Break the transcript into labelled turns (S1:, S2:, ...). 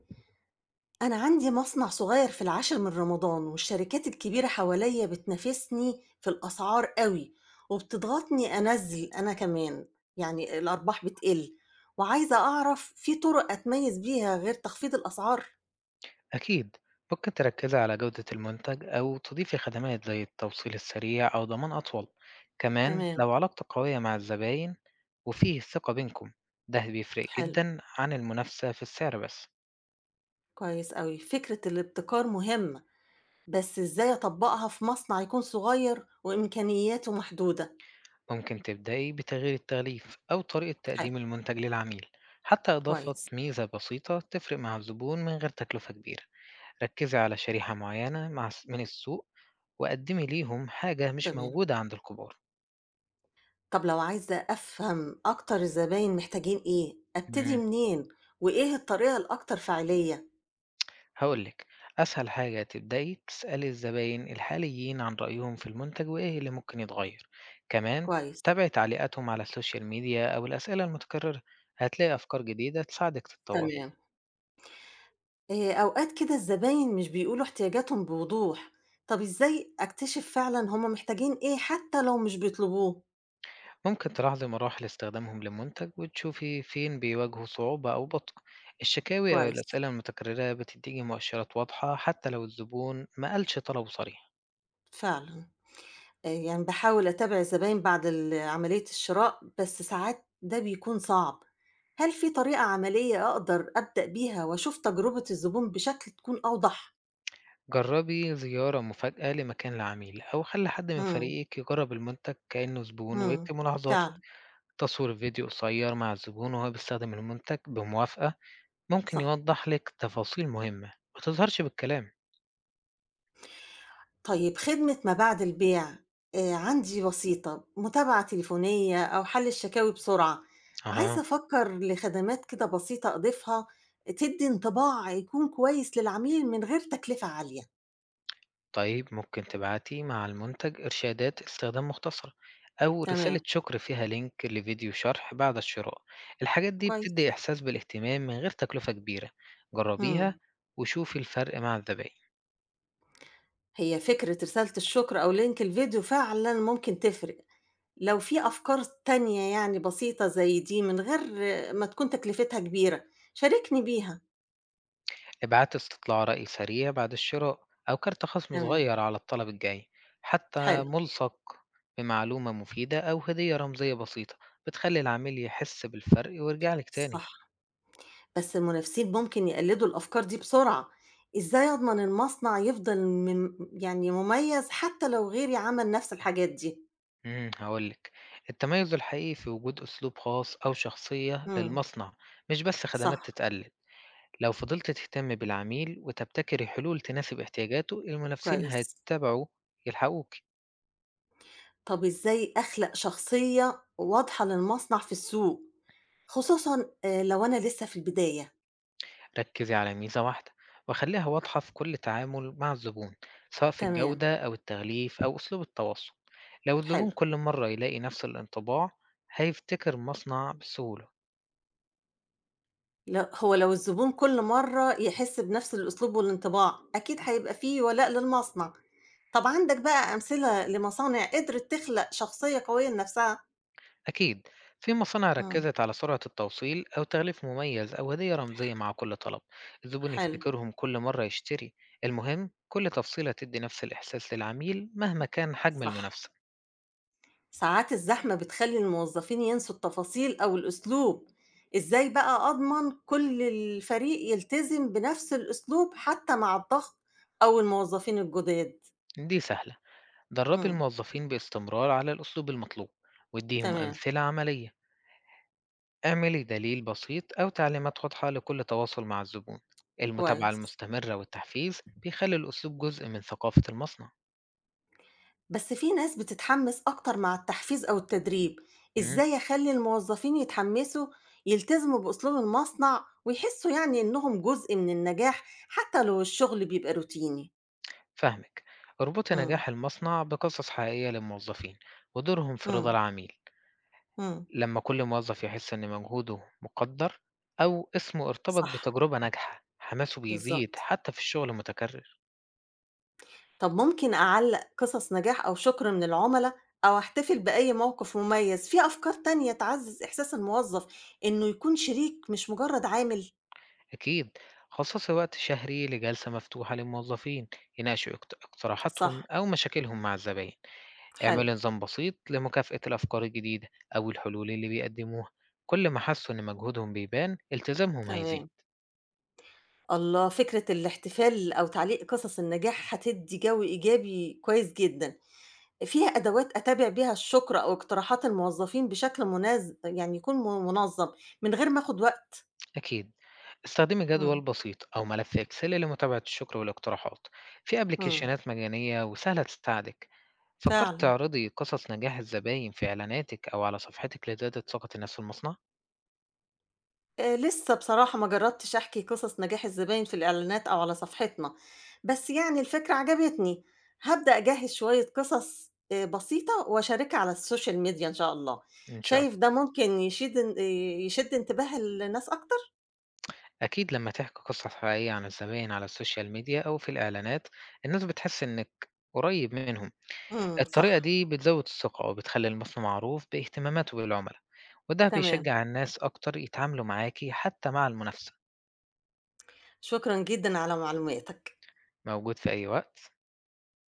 S1: أنا عندي مصنع صغير في العاشر من رمضان، والشركات الكبيرة حواليا بتنافسني في الأسعار قوي وبتضغطني أنزل أنا كمان، يعني الأرباح بتقل، وعايزة أعرف في طرق أتميز بيها غير تخفيض الأسعار.
S2: أكيد. ممكن تركزي على جودة المنتج أو تضيفي خدمات زي التوصيل السريع أو ضمان أطول. كمان
S1: تمام.
S2: لو علاقتك قوية مع الزباين وفيه ثقة بينكم، ده بيفرق
S1: حلو.
S2: جدا عن المنافسة في السعر بس.
S1: كويس قوي، فكرة الابتكار مهمة. بس إزاي أطبقها في مصنع يكون صغير وإمكانياته محدودة؟
S2: ممكن تبدأي بتغيير التغليف أو طريقة
S1: حلو.
S2: تقديم المنتج للعميل، حتى إضافة
S1: كويس.
S2: ميزة بسيطة تفرق مع الزبون من غير تكلفة كبيرة. ركزي على شريحة معينة مع من السوق، وقدمي ليهم حاجة مش
S1: تمام.
S2: موجودة عند الكبار.
S1: طب لو عايزة أفهم أكتر الزباين محتاجين إيه، أبتدي منين؟ وإيه الطريقة الأكتر فاعلية؟
S2: هاقول لِك، أسهل حاجة تبدئي تسألي الزباين الحاليين عن رأيهم في المنتج وإيه اللي ممكن يتغير، كمان
S1: كويس،
S2: تابعي تعليقاتهم على السوشيال ميديا أو الأسئلة المتكررة، هتلاقي أفكار جديدة تساعدك تتطوري.
S1: تمام. أوقات كده الزباين مش بيقولوا احتياجاتهم بوضوح، طب إزاي أكتشف فعلًا هم محتاجين إيه حتى لو مش بيطلبوه؟
S2: ممكن تلاحظي مراحل استخدامهم للمنتج وتشوفي فين بيواجهوا صعوبة أو بطء، الشكاوي أو
S1: كويس،
S2: الأسئلة المتكررة بتديكي مؤشرات واضحة حتى لو الزبون ما قالش طلبه صريح.
S1: فعلًا. يعني باحاول أتابع الزباين بعد عملية الشراء، بس ساعات ده بيكون صعب. هل في طريقة عملية أقدر أبدأ بيها وأشوف تجربة الزبون بشكل تكون أوضح؟
S2: جربي زيارة مفاجأة لمكان العميل أو خلي حد من
S1: إمم.
S2: فريقك يجرب المنتج كأنه زبون
S1: إمم،
S2: ويكتب ملاحظاته.
S1: فعلًا.
S2: تصوير فيديو قصير مع الزبون وهو بيستخدم المنتج بموافقة ممكن
S1: صح.
S2: يوضح لك تفاصيل مهمة ما تظهرش بالكلام.
S1: طيب، خدمة ما بعد البيع عندي بسيطة، متابعة تليفونية أو حَل الشكاوي بسرعة،
S2: أها،
S1: عايزة أفكّر لخدمات كده بسيطة أضيفها تدّي انطباع يكون كويس للعميل من غير تكلفة عالية.
S2: طيب ممكن تبعتي مع المنتج إرشادات استخدام مختصرة أو رسالة
S1: تمام،
S2: شكر فيها لينك لفيديو شرح بعد الشراء. الحاجات دي
S1: كويس.
S2: بتدي إحساس بالاهتمام من غير تكلفة كبيرة. جربيها
S1: إمم.
S2: وشوفي الفرق مع الزبائن.
S1: هي فكرة رسالة الشكر أو link الفيديو فعلًا ممكن تفرق. لو في أفكار تانية يعني بسيطة زي دي من غير ما تكون تكلفتها كبيرة، شاركني بيها.
S2: ابعات استطلاع رأي سريع بعد الشراء أو كارت خصم
S1: تمام،
S2: صغير على الطلب الجاي، حتى
S1: حلو،
S2: ملصق بمعلومة مفيدة أو هدية رمزية بسيطة بتخلي العميل يحس بالفرق ويرجع لك تاني.
S1: صح. بس المنافسين ممكن يقلدوا الأفكار دي بسرعة، إزاي أضمن المصنع يفضل يعني مميز حتى لو غيري عمل نفس الحاجات دي؟
S2: هقولك، التميز الحقيقي في وجود أسلوب خاص أو شخصية
S1: إمم،
S2: للمصنع، مش بس خدمات
S1: صح،
S2: تتقلد. لو فضلت تهتم بالعميل وتبتكري حلول تناسب احتياجاته، المنافسين
S1: كويس.
S2: هيتبعوا يلحقوك.
S1: طب إزاي أخلق شخصية واضحة للمصنع في السوق، خصوصًا لو أنا لسه في البداية؟
S2: ركّزي على ميزة واحدة وخلّيها واضحة في كل تعامل مع الزبون، سواء في
S1: تمام،
S2: الجودة أو التغليف أو أسلوب التواصل. لو الزبون
S1: حلو.
S2: كل مرة يلاقي نفس الانطباع، هيفتكر المصنع بسهولة.
S1: هو لو الزبون كل مرّة يحس بنفس الأسلوب والانطباع، أكيد هيبقى في ولاء للمصنع. طب عندك بقى أمثلة لمصانع قدرت تخلق شخصية قوية لنفسها؟
S2: أكيد، في مصانع
S1: إمم.
S2: ركّزت على سرعة التوصيل أو تغليف مميز أو هدية رمزية مع كل طلب، الزبون
S1: حلو،
S2: يفتكرهم كل مرة يشتري. المهم، كل تفصيلة تدّي نفس الإحساس للعميل مهما كان حجم
S1: صح.
S2: المنافسة.
S1: ساعات الزحمة بتخلّي الموظفين ينسوا التفاصيل أو الأسلوب، إزاي بقى أضمن كل الفريق يلتزم بنفس الأسلوب حتى مع الضغط أو الموظفين الجداد؟
S2: دي سهلة، درّبي
S1: إمم،
S2: الموظفين باستمرار على الأسلوب المطلوب وادّيهم
S1: تمام،
S2: أمثلة عملية. اعملي دليل بسيط أو تعليمات واضحة لكل تواصل مع الزبون. المتابعة
S1: كويس.
S2: المستمرة والتحفيز بيخلي الأسلوب جزء من ثقافة المصنع.
S1: بس في ناس بتتحمس أكتر مع التحفيز أو التدريب،
S2: مم.
S1: إزاي أخلّي الموظفين يتحمسوا يلتزموا بأسلوب المصنع ويحسوا يعني إنهم جزء من النجاح حتى لو الشغل بيبقى روتيني؟
S2: فهمك. اربطي
S1: إمم،
S2: نجاح المصنع بقصص حقيقية للموظفين ودورهم في رضا
S1: إمم،
S2: العميل.
S1: إمم،
S2: لما كل موظف يحس إن مجهوده مقدر أو اسمه ارتبط
S1: صح.
S2: بتجربة ناجحة، حماسه بيزيد
S1: بالضبط.
S2: حتى في الشغل المتكرر.
S1: طَب ممكن أعلّق قصص نجاح أو شكر من العُملا أو أحتفل بأي موقف مميز، في أفكار تانية تعزّز إحساس الموظف إنه يكون شريك مش مجرّد عامل؟
S2: أكيد، خصصي وقت شهري لجلسة مفتوحة للموظفين يناقشوا اقتراحاتهم
S1: صح،
S2: أو مشاكلهم مع الزبائن.
S1: حلو،
S2: اعملي
S1: إمم.
S2: نظام بسيط لمكافأة الأفكار الجديدة أو الحلول اللي بيقدموها، كل ما حسوا إن مجهودهم بيبان التزامهم هيزيد.
S1: تمام. الله! فكرة الاحتفال أو تعليق قصص النجاح هتدّي جو إيجابي كويس جدًا. فيها أدوات أتابع بيها الشكر أو اقتراحات الموظفين بشكل يعني يكون منظّم من غير ما آخُد وقت؟
S2: أكيد، استخدمي جدول
S1: إمم،
S2: بسيط أو ملف إكسل لمتابعة الشكر والاقتراحات، في
S1: إمم،
S2: أبليكيشنات مجانية وسهلة تساعدك. فكرت
S1: فعلًا.
S2: تعرضي قصص نجاح الزباين في إعلاناتك أو على صفحتك لزيادة ثقة الناس في المصنع؟
S1: لسه بصراحة ما جرّبتش أحكي قصص نجاح الزباين في الإعلانات أو على صفحتنا، بس يعني الفكرة عجبتني، هابدأ أجهّز شوية قصص بسيطة وأشاركها على الSocial Media إن شاء الله،
S2: إن شاء الله.
S1: شايف ده ممكن يشيد ان يشد انتباه الناس أكتر؟
S2: أكيد، لما تحكي قصة حقيقية عن الزباين على السوشيال ميديا أو في الإعلانات، الناس بتحس إنك قريب منهم.
S1: إمم،
S2: الطريقة
S1: صح،
S2: دي بتزود الثقة وبتخلي المصنع معروف باهتماماته بالعملاء، وده
S1: تمام،
S2: بيشجع الناس أكتر يتعاملوا معاكي حتى مع المنافسة.
S1: شكرًا جدًا على معلوماتك.
S2: موجود في أي وقت.